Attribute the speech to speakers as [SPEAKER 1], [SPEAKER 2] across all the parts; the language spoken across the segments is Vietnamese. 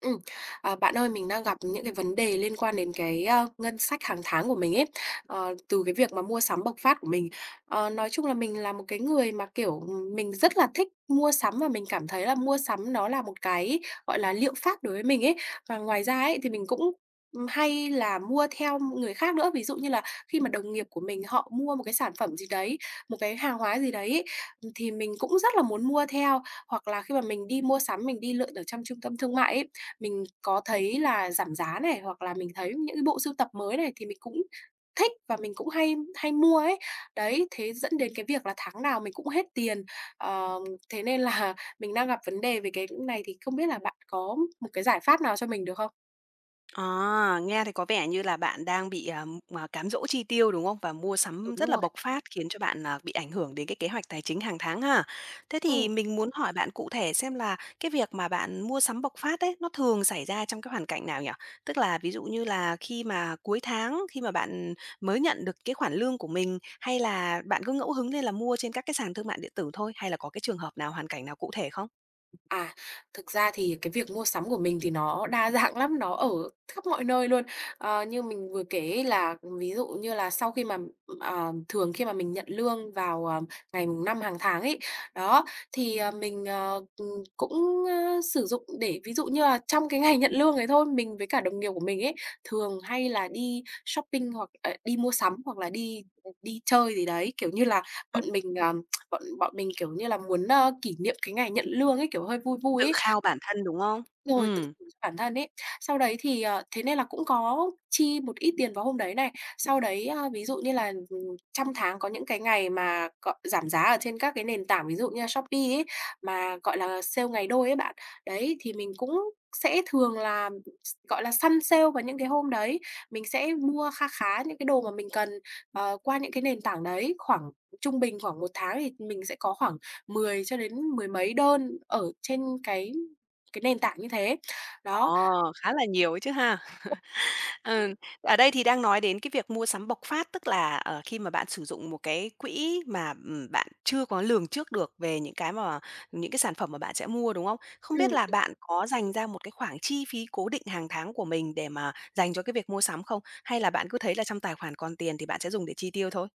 [SPEAKER 1] Ừm, bạn ơi, mình đang gặp những cái vấn đề liên quan đến ngân sách hàng tháng của mình ấy, từ cái việc mà mua sắm bộc phát của mình. Nói chung là mình là một cái người mà, kiểu, mình rất là thích mua sắm và mình cảm thấy là mua sắm nó là một cái, gọi là, liệu pháp đối với mình ấy. Và ngoài ra ấy, thì mình cũng, hay là mua theo người khác nữa. Ví dụ như là khi mà đồng nghiệp của mình họ mua một cái sản phẩm gì đấy, một cái hàng hóa gì đấy ấy, thì mình cũng rất là muốn mua theo. Hoặc là khi mà mình đi mua sắm, mình đi lượn ở trong trung tâm thương mại ấy, mình có thấy là giảm giá này, hoặc là mình thấy những cái bộ sưu tập mới này thì mình cũng thích và mình cũng hay hay mua ấy. Đấy, thế dẫn đến cái việc là tháng nào mình cũng hết tiền. Ờ, thế nên là mình đang gặp vấn đề về cái này thì không biết là bạn có một cái giải pháp nào cho mình được không?
[SPEAKER 2] À, nghe thì có vẻ như là bạn đang bị, cám dỗ chi tiêu, đúng không? Và mua sắm rất
[SPEAKER 1] Đúng
[SPEAKER 2] là
[SPEAKER 1] rồi.
[SPEAKER 2] bộc phát khiến cho bạn, bị ảnh hưởng đến cái kế hoạch tài chính hàng tháng ha. Thế thì
[SPEAKER 1] Ừ.
[SPEAKER 2] mình muốn hỏi bạn cụ thể xem là cái việc mà bạn mua sắm bộc phát ấy, nó thường xảy ra trong cái hoàn cảnh nào nhỉ? Tức là ví dụ như là khi mà cuối tháng, khi mà bạn mới nhận được cái khoản lương của mình, hay là bạn cứ ngẫu hứng lên là mua trên các cái sàn thương mại điện tử thôi, hay là có cái trường hợp nào, hoàn cảnh nào cụ thể không?
[SPEAKER 1] À, thực ra thì cái việc mua sắm của mình thì nó đa dạng lắm, nó ở khắp mọi nơi luôn. Ờ, như mình vừa kể ấy là ví dụ như là sau khi mà, thường khi mà mình nhận lương vào, ngày mùng 5 hàng tháng ấy, đó, thì mình, cũng, sử dụng để ví dụ như là trong cái ngày nhận lương ấy thôi, mình với cả đồng nghiệp của mình ấy, thường hay là đi shopping hoặc đi mua sắm hoặc là đi, đi chơi gì đấy. Kiểu như là, bọn
[SPEAKER 2] Ừm.
[SPEAKER 1] mình, ờ, bọn mình, kiểu như là, muốn kỷ niệm cái ngày nhận lương ấy, kiểu, hơi vui vui
[SPEAKER 2] Tự
[SPEAKER 1] ấy.
[SPEAKER 2] khao bản thân, đúng không?
[SPEAKER 1] Rồi, tự
[SPEAKER 2] Ừm,
[SPEAKER 1] thưởng cho bản thân ấy. Sau đấy thì thế nên là cũng có chi một ít tiền vào hôm đấy này. Sau đấy, ví dụ như là, trong tháng có những cái ngày mà cọ giảm giá ở trên các cái nền tảng ví dụ như là Shopee ấy, mà, gọi là, sale ngày đôi ấy bạn. Đấy, thì mình cũng sẽ thường là, gọi là, săn sale vào những cái hôm đấy. Mình sẽ mua kha khá những cái đồ mà mình cần, qua những cái nền tảng đấy. Khoảng trung bình khoảng một tháng thì mình sẽ có khoảng 10 cho đến mười mấy đơn ở trên cái nền tảng như thế. Đó.
[SPEAKER 2] ồ, khá là nhiều ấy chứ ha. Ừ, ở đây thì đang nói đến cái việc mua sắm bộc phát, tức là, khi mà bạn sử dụng một cái quỹ mà, bạn chưa có lường trước được về những cái mà những cái sản phẩm mà bạn sẽ mua, đúng không? Không biết
[SPEAKER 1] Ừm,
[SPEAKER 2] là bạn có dành ra một cái khoản chi phí cố định hàng tháng của mình để mà dành cho cái việc mua sắm không? Hay là bạn cứ thấy là trong tài khoản còn tiền thì bạn sẽ dùng để chi tiêu thôi?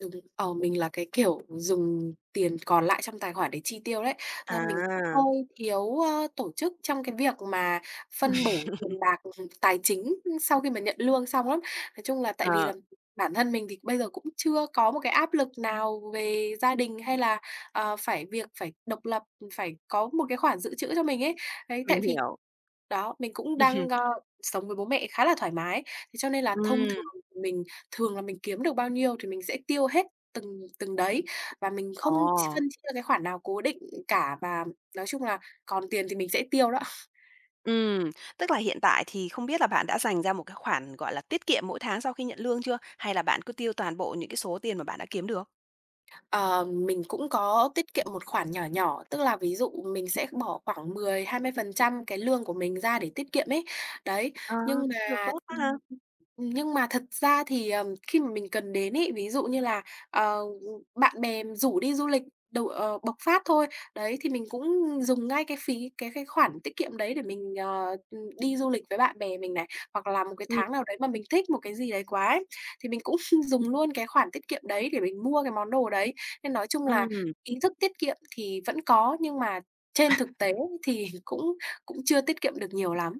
[SPEAKER 1] đúng, mình là cái kiểu dùng tiền còn lại trong tài khoản để chi tiêu đấy, ra mình cũng
[SPEAKER 2] À,
[SPEAKER 1] hơi thiếu tổ chức trong cái việc mà phân bổ tiền bạc, tài chính sau khi mà nhận lương xong lắm. Nói chung là tại vì
[SPEAKER 2] ờ,
[SPEAKER 1] là bản thân mình thì bây giờ cũng chưa có một cái áp lực nào về gia đình hay là, phải việc phải độc lập, phải có một cái khoản dự trữ cho mình ấy. Đấy, tại
[SPEAKER 2] mình
[SPEAKER 1] vì
[SPEAKER 2] hiểu.
[SPEAKER 1] Đó, mình cũng đang sống với bố mẹ khá là thoải mái, thế cho nên là thông thường
[SPEAKER 2] Ừm,
[SPEAKER 1] mình thường là mình kiếm được bao nhiêu thì mình sẽ tiêu hết từng từng đấy, và mình không
[SPEAKER 2] ồ.
[SPEAKER 1] phân chia cái khoản nào cố định cả, và nói chung là còn tiền thì mình sẽ tiêu đó.
[SPEAKER 2] Ừm, tức là hiện tại thì không biết là bạn đã dành ra một cái khoản, gọi là, tiết kiệm mỗi tháng sau khi nhận lương chưa? Hay là bạn cứ tiêu toàn bộ những cái số tiền mà bạn đã kiếm được?
[SPEAKER 1] Ờ, mình cũng có tiết kiệm một khoản nhỏ nhỏ, tức là ví dụ mình sẽ bỏ khoảng 10 20% cái lương của mình ra để tiết kiệm ấy. Đấy,
[SPEAKER 2] À,
[SPEAKER 1] nhưng
[SPEAKER 2] được
[SPEAKER 1] mà
[SPEAKER 2] tốt quá ha.
[SPEAKER 1] ừm, nhưng mà thật ra thì, khi mà mình cần đến ấy, ví dụ như là, ờ, bạn bè rủ đi du lịch bộc phát thôi, đấy, thì mình cũng dùng ngay cái phí cái khoản tiết kiệm đấy để mình đi du lịch với bạn bè mình này, hoặc là một cái
[SPEAKER 2] Ừ.
[SPEAKER 1] tháng nào đấy mà mình thích một cái gì đấy quá ấy, thì mình cũng dùng luôn cái khoản tiết kiệm đấy để mình mua cái món đồ đấy. Nên nói chung là
[SPEAKER 2] Ừm.
[SPEAKER 1] ý thức tiết kiệm thì vẫn có, nhưng mà trên thực tế thì cũng cũng chưa tiết kiệm được nhiều lắm.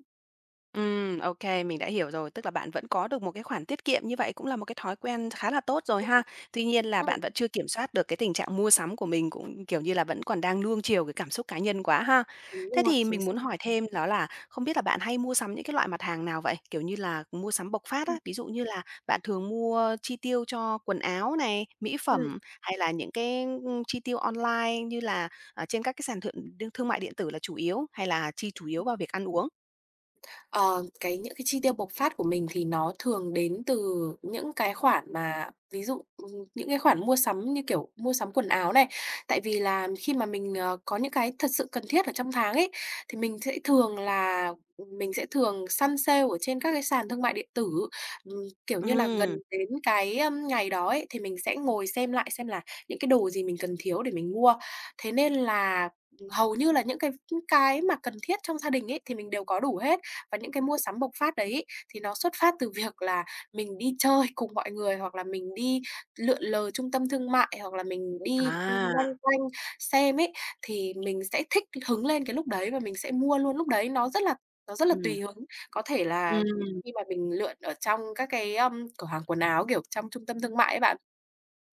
[SPEAKER 2] Ok, mình đã hiểu rồi. Tức là bạn vẫn có được một cái khoản tiết kiệm như vậy cũng là một cái thói quen khá là tốt rồi ha. Tuy nhiên là
[SPEAKER 1] Ừm,
[SPEAKER 2] bạn vẫn chưa kiểm soát được cái tình trạng mua sắm của mình, cũng, kiểu như là, vẫn còn đang nuông chiều cái cảm xúc cá nhân quá ha.
[SPEAKER 1] đúng
[SPEAKER 2] Thế
[SPEAKER 1] rồi,
[SPEAKER 2] thì
[SPEAKER 1] chính
[SPEAKER 2] mình
[SPEAKER 1] xác.
[SPEAKER 2] muốn hỏi thêm đó là không biết là bạn hay mua sắm những cái loại mặt hàng nào vậy? Kiểu như là, mua sắm bộc phát á,
[SPEAKER 1] Ừm,
[SPEAKER 2] ví dụ như là bạn thường mua chi tiêu cho quần áo này, mỹ
[SPEAKER 1] ừm.
[SPEAKER 2] phẩm hay là những cái, chi tiêu online như là, trên các cái sàn thượng thương mại điện tử là chủ yếu, hay là chi chủ yếu vào việc ăn uống?
[SPEAKER 1] Ờ, cái những cái chi tiêu bộc phát của mình thì nó thường đến từ những cái khoản mà ví dụ, những cái khoản mua sắm như kiểu mua sắm quần áo này. Tại vì là khi mà mình có những cái thật sự cần thiết ở trong tháng ấy, thì mình sẽ thường săn sale ở trên các cái sàn thương mại điện tử. Kiểu như là, gần
[SPEAKER 2] Ừm.
[SPEAKER 1] đến cái ngày đó ấy, thì mình sẽ ngồi xem lại xem là những cái đồ gì mình cần thiếu để mình mua. Thế nên là, hầu như là những cái mà cần thiết trong gia đình ấy, thì mình đều có đủ hết. Và những cái mua sắm bộc phát đấy ấy, thì nó xuất phát từ việc là mình đi chơi cùng mọi người, hoặc là mình đi lượn lờ trung tâm thương mại, hoặc là mình đi, loanh
[SPEAKER 2] À,
[SPEAKER 1] quanh xem ấy, thì mình sẽ thích hứng lên cái lúc đấy và mình sẽ mua luôn lúc đấy. Nó rất là
[SPEAKER 2] ừm,
[SPEAKER 1] tùy hứng, có thể là,
[SPEAKER 2] ừm,
[SPEAKER 1] khi mà mình lượn ở trong các cái cửa hàng quần áo, kiểu, trong trung tâm thương mại ấy bạn,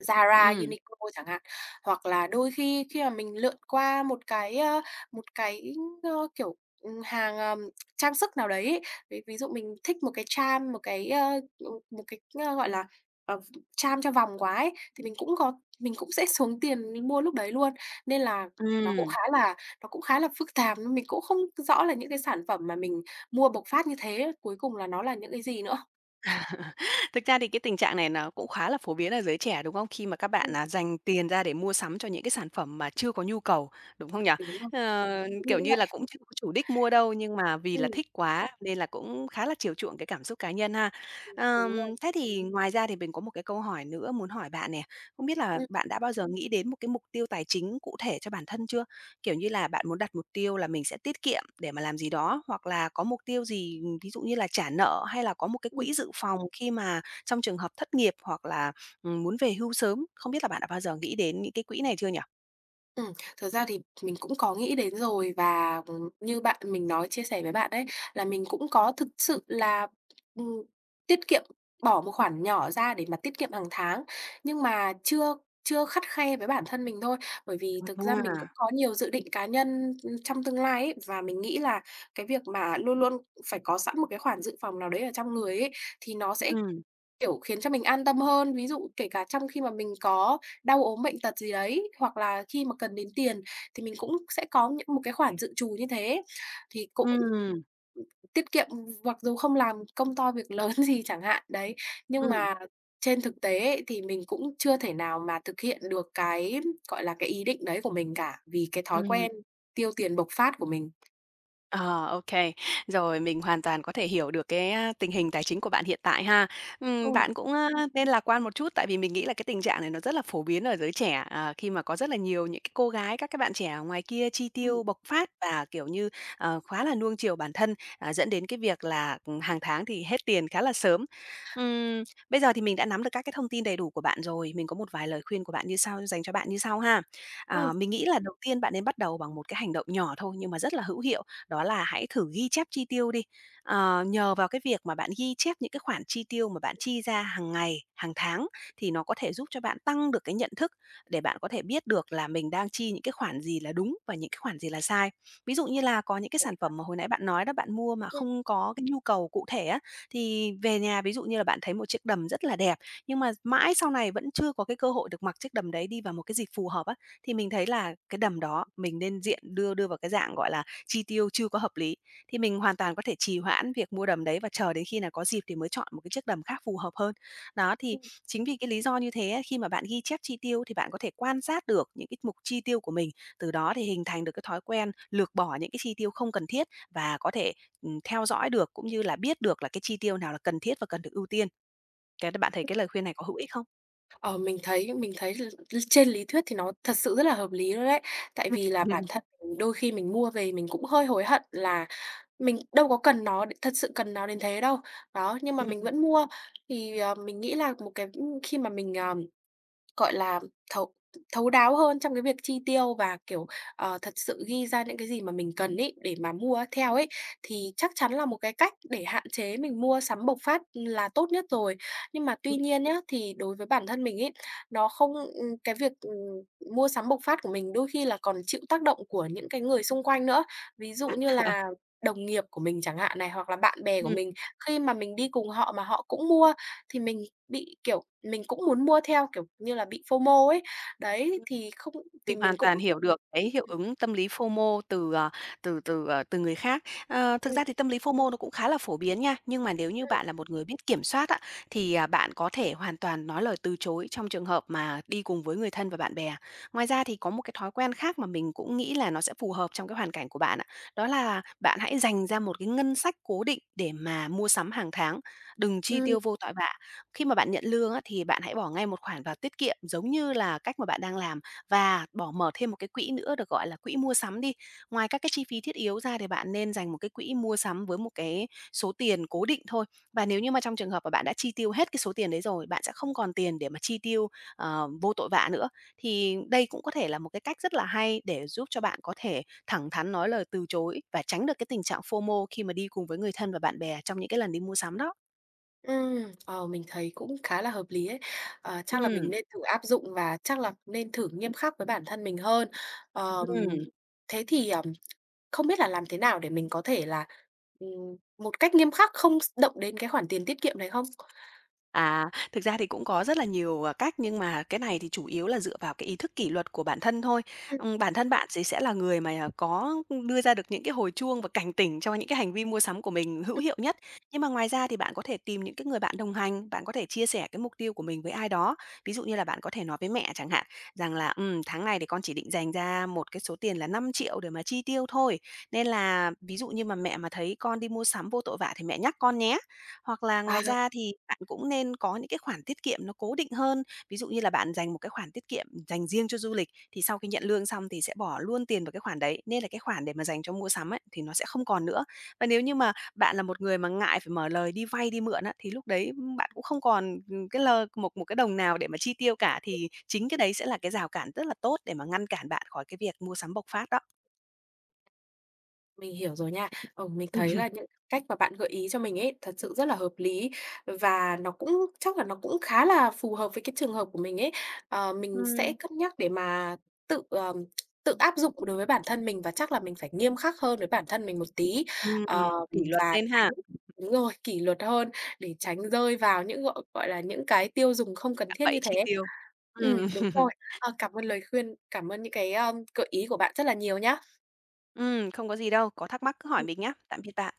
[SPEAKER 1] Zara,
[SPEAKER 2] ừm,
[SPEAKER 1] Uniqlo chẳng hạn. Hoặc là đôi khi khi mà mình lượn qua một cái, ơ, kiểu, hàng trang sức nào đấy ấy, ví ví dụ mình thích một cái charm, một cái, ơ, ừ, một cái, ơ, gọi là, ờ, charm cho vòng quá ấy, thì mình cũng sẽ xuống tiền mình mua lúc đấy luôn. Nên là nó
[SPEAKER 2] ừm.
[SPEAKER 1] cũng khá là nó cũng khá là phức tạp, nên mình cũng không rõ là những cái sản phẩm mà mình mua bộc phát như thế cuối cùng là nó là những cái gì nữa.
[SPEAKER 2] Thực ra thì cái tình trạng này nó cũng khá là phổ biến ở giới trẻ, đúng không? Khi mà các bạn,
[SPEAKER 1] Ừm.
[SPEAKER 2] là dành tiền ra để mua sắm cho những cái sản phẩm mà chưa có nhu cầu, đúng không nhỉ?
[SPEAKER 1] Đúng rồi,
[SPEAKER 2] Ờ,
[SPEAKER 1] mình cũng
[SPEAKER 2] kiểu
[SPEAKER 1] nghĩ
[SPEAKER 2] như
[SPEAKER 1] vậy.
[SPEAKER 2] là, cũng chưa có chủ đích mua đâu, nhưng mà vì là
[SPEAKER 1] Ừm,
[SPEAKER 2] thích quá nên là cũng khá là chiều chuộng cái cảm xúc cá nhân ha.
[SPEAKER 1] đúng rồi.
[SPEAKER 2] Thế thì ngoài ra thì mình có một cái câu hỏi nữa muốn hỏi bạn nè, không biết là
[SPEAKER 1] Ừm,
[SPEAKER 2] bạn đã bao giờ nghĩ đến một cái mục tiêu tài chính cụ thể cho bản thân chưa? Kiểu như là, bạn muốn đặt mục tiêu là mình sẽ tiết kiệm để mà làm gì đó, hoặc là có mục tiêu gì, ví dụ như là trả nợ hay là có một cái
[SPEAKER 1] ừm.
[SPEAKER 2] quỹ dự phòng khi mà trong trường hợp thất nghiệp hoặc là, muốn về hưu sớm. Không biết là bạn đã bao giờ nghĩ đến những cái quỹ này chưa nhỉ?
[SPEAKER 1] Thật ra thì mình cũng có nghĩ đến rồi và, như bạn mình nói chia sẻ với bạn đấy, là mình cũng có thực sự là, ừm, tiết kiệm, bỏ một khoản nhỏ ra để mà tiết kiệm hàng tháng, nhưng mà chưa chưa khắt khe với bản thân mình thôi. Bởi vì thực ra mình cũng
[SPEAKER 2] À.
[SPEAKER 1] có nhiều dự định cá nhân, trong tương lai ấy, và mình nghĩ là cái việc mà luôn luôn phải có sẵn một cái khoản dự phòng nào đấy ở trong người ấy, thì nó sẽ,
[SPEAKER 2] Ừm,
[SPEAKER 1] kiểu, khiến cho mình an tâm hơn. Ví dụ kể cả trong khi mà mình có đau ốm bệnh tật gì đấy, hoặc là khi mà cần đến tiền thì mình cũng sẽ có những một cái khoản dự trù như thế. Thì cũng
[SPEAKER 2] ừm,
[SPEAKER 1] tiết kiệm, mặc dù không làm công to việc lớn gì chẳng hạn, đấy, nhưng
[SPEAKER 2] ừm,
[SPEAKER 1] mà trên thực tế ấy, thì mình cũng chưa thể nào mà thực hiện được cái, gọi là, cái ý định đấy của mình cả, vì cái thói
[SPEAKER 2] ừm.
[SPEAKER 1] quen tiêu tiền bộc phát của mình.
[SPEAKER 2] Ờ, ok. Rồi, mình hoàn toàn có thể hiểu được cái, tình hình tài chính của bạn hiện tại ha.
[SPEAKER 1] Ừ,
[SPEAKER 2] Bạn cũng, nên lạc quan một chút, tại vì mình nghĩ là cái tình trạng này nó rất là phổ biến ở giới trẻ, khi mà có rất là nhiều những cái cô gái, các cái bạn trẻ ở ngoài kia chi
[SPEAKER 1] ừm.
[SPEAKER 2] tiêu bộc phát và, kiểu như, khá là nuông chiều bản thân, dẫn đến cái việc là, hàng tháng thì hết tiền khá là sớm. Ừm, bây giờ thì mình đã nắm được các cái thông tin đầy đủ của bạn rồi, mình có một vài lời khuyên của bạn như sau dành cho bạn như sau ha. À,
[SPEAKER 1] Ừm.
[SPEAKER 2] mình nghĩ là đầu tiên bạn nên bắt đầu bằng một cái hành động nhỏ thôi nhưng mà rất là hữu hiệu, đó là hãy thử ghi chép chi tiêu đi. Ờ, nhờ vào cái việc mà bạn ghi chép những cái khoản chi tiêu mà bạn chi ra hàng ngày, hàng tháng thì nó có thể giúp cho bạn tăng được cái nhận thức để bạn có thể biết được là mình đang chi những cái khoản gì là đúng và những cái khoản gì là sai. Ví dụ như là có những cái sản phẩm mà hồi nãy bạn nói đó bạn mua mà
[SPEAKER 1] ừm.
[SPEAKER 2] không có cái nhu cầu cụ thể á thì về nhà ví dụ như là bạn thấy một chiếc đầm rất là đẹp nhưng mà mãi sau này vẫn chưa có cái cơ hội được mặc chiếc đầm đấy đi vào một cái dịp phù hợp á thì mình thấy là cái đầm đó mình nên diện đưa đưa vào cái dạng gọi là chi tiêu chưa có hợp lý, thì mình hoàn toàn có thể trì hoãn việc mua đầm đấy và chờ đến khi nào có dịp thì mới chọn một cái chiếc đầm khác phù hợp hơn. Đó, thì chính vì cái lý do như thế á, khi mà bạn ghi chép chi tiêu thì bạn có thể quan sát được những cái mục chi tiêu của mình, từ đó thì hình thành được cái thói quen lược bỏ những cái chi tiêu không cần thiết và có thể, theo dõi được cũng như là biết được là cái chi tiêu nào là cần thiết và cần được ưu tiên. Cái bạn thấy cái lời khuyên này có hữu ích không?
[SPEAKER 1] Ờ, mình thấy l l trên lý thuyết thì nó thật sự rất là hợp lý luôn đấy. Tại
[SPEAKER 2] Ừm,
[SPEAKER 1] vì là bản thân mình đôi khi mình mua về mình cũng hơi hối hận là mình đâu có cần nó đ thật sự cần nó đến thế đâu. Đó, nhưng mà
[SPEAKER 2] ừm,
[SPEAKER 1] mình
[SPEAKER 2] ừm,
[SPEAKER 1] vẫn mua. Thì mình nghĩ là một cái, khi mà mình, ờ Gọi là, thấu thấu đáo hơn trong cái việc chi tiêu và, kiểu, thật sự ghi ra những cái gì mà mình cần ấy, để mà mua theo ấy, thì chắc chắn là một cái cách để hạn chế mình mua sắm bộc phát là tốt nhất rồi. Nhưng mà tuy nhiên nhá, thì đối với bản thân mình ấy, nó không cái việc mua sắm bộc phát của mình đôi khi là còn chịu tác động của những cái người xung quanh nữa. Ví dụ như là đồng nghiệp của mình chẳng hạn này, hoặc là bạn bè của mình, khi mà mình đi cùng họ mà họ cũng mua thì mình bị, kiểu, mình cũng muốn mua theo, kiểu như là, bị FOMO ấy. Đấy, thì không thì
[SPEAKER 2] Mình
[SPEAKER 1] mình
[SPEAKER 2] hoàn
[SPEAKER 1] cũng
[SPEAKER 2] toàn hiểu được cái hiệu ứng tâm lý FOMO từ, từ người khác. Ờ, thực
[SPEAKER 1] ừm,
[SPEAKER 2] ra thì tâm lý FOMO nó cũng khá là phổ biến nha, nhưng mà nếu như bạn là một người biết kiểm soát á, thì, bạn có thể hoàn toàn nói lời từ chối trong trường hợp mà đi cùng với người thân và bạn bè. Ngoài ra thì có một cái thói quen khác mà mình cũng nghĩ là nó sẽ phù hợp trong cái hoàn cảnh của bạn ạ, đó là bạn hãy dành ra một cái ngân sách cố định để mà mua sắm hàng tháng, đừng chi
[SPEAKER 1] ừm, ừm,
[SPEAKER 2] tiêu vô tội vạ. Khi mà bạn nhận lương á, thì bạn hãy bỏ ngay một khoản vào tiết kiệm giống như là cách mà bạn đang làm. Và bỏ mở thêm một cái quỹ nữa được gọi là quỹ mua sắm đi. Ngoài các cái chi phí thiết yếu ra thì bạn nên dành một cái quỹ mua sắm với một cái số tiền cố định thôi. Và nếu như mà trong trường hợp mà bạn đã chi tiêu hết cái số tiền đấy rồi, bạn sẽ không còn tiền để mà chi tiêu, vô tội vạ nữa. Thì đây cũng có thể là một cái cách rất là hay để giúp cho bạn có thể thẳng thắn nói lời từ chối và tránh được cái tình trạng FOMO khi mà đi cùng với người thân và bạn bè trong những cái lần đi mua sắm đó.
[SPEAKER 1] ờ, mình thấy cũng khá là hợp lý ấy. Ờ, chắc là mình
[SPEAKER 2] Ừm,
[SPEAKER 1] nên thử áp dụng và chắc là nên thử nghiêm khắc với bản thân mình hơn. Ờm,
[SPEAKER 2] ừm.
[SPEAKER 1] thế thì, không biết là làm thế nào để mình có thể ừm, một cách nghiêm khắc không động đến cái khoản tiền tiết kiệm này không?
[SPEAKER 2] À, thực ra thì cũng có rất là nhiều, cách, nhưng mà cái này thì chủ yếu là dựa vào cái ý thức kỷ luật của bản thân thôi.
[SPEAKER 1] Ừm,
[SPEAKER 2] Bản thân bạn thì sẽ là người mà, có đưa ra được những cái hồi chuông và cảnh tỉnh cho những cái hành vi mua sắm của mình hữu
[SPEAKER 1] ừm.
[SPEAKER 2] hiệu nhất. Nhưng mà ngoài ra thì bạn có thể tìm những cái người bạn đồng hành, bạn có thể chia sẻ cái mục tiêu của mình với ai đó. Ví dụ như là bạn có thể nói với mẹ chẳng hạn, rằng là tháng này thì con chỉ định dành ra một cái số tiền là 5 triệu để mà chi tiêu thôi, nên là ví dụ như mà mẹ mà thấy con đi mua sắm vô tội vạ thì mẹ nhắc con nhé." Hoặc là
[SPEAKER 1] À.
[SPEAKER 2] ngoài ra thì bạn cũng nên có những cái khoản tiết kiệm nó cố định hơn. Ví dụ như là bạn dành một cái khoản tiết kiệm dành riêng cho du lịch, thì sau khi nhận lương xong thì sẽ bỏ luôn tiền vào cái khoản đấy, nên là cái khoản để mà dành cho mua sắm ấy, thì nó sẽ không còn nữa. Và nếu như mà bạn là một người mà ngại phải mở lời đi vay, đi mượn á, thì lúc đấy, bạn cũng không còn, cái lơ một một cái đồng nào để mà chi tiêu cả, thì chính cái đấy sẽ là cái rào cản rất là tốt để mà ngăn cản bạn khỏi cái việc mua sắm bộc phát đó.
[SPEAKER 1] Mình hiểu rồi nha. Ừ, mình thấy là những cách mà bạn gợi ý cho mình ấy, thật sự rất là hợp lý và nó cũng khá là phù hợp với cái trường hợp của mình ấy. Ờ, mình sẽ
[SPEAKER 2] Ừm,
[SPEAKER 1] cân nhắc để mà tự, ờm, tự áp dụng đối với bản thân mình và chắc là mình phải nghiêm khắc hơn với bản thân mình một tí, ờm,
[SPEAKER 2] kỷ luật
[SPEAKER 1] và
[SPEAKER 2] lên ha,
[SPEAKER 1] tránh đúng rồi, kỷ luật hơn để tránh rơi vào những, gọi gọi là, những cái tiêu dùng không cần
[SPEAKER 2] cạm
[SPEAKER 1] thiết như
[SPEAKER 2] bẫy chi
[SPEAKER 1] thế.
[SPEAKER 2] tiêu. Ừm.
[SPEAKER 1] Đúng rồi. Ờ, cảm ơn lời khuyên, cảm ơn những cái gợi ý của bạn rất là nhiều nhá.
[SPEAKER 2] Không có gì đâu, có thắc mắc cứ hỏi
[SPEAKER 1] Ừm.
[SPEAKER 2] mình nhé. Tạm biệt bạn.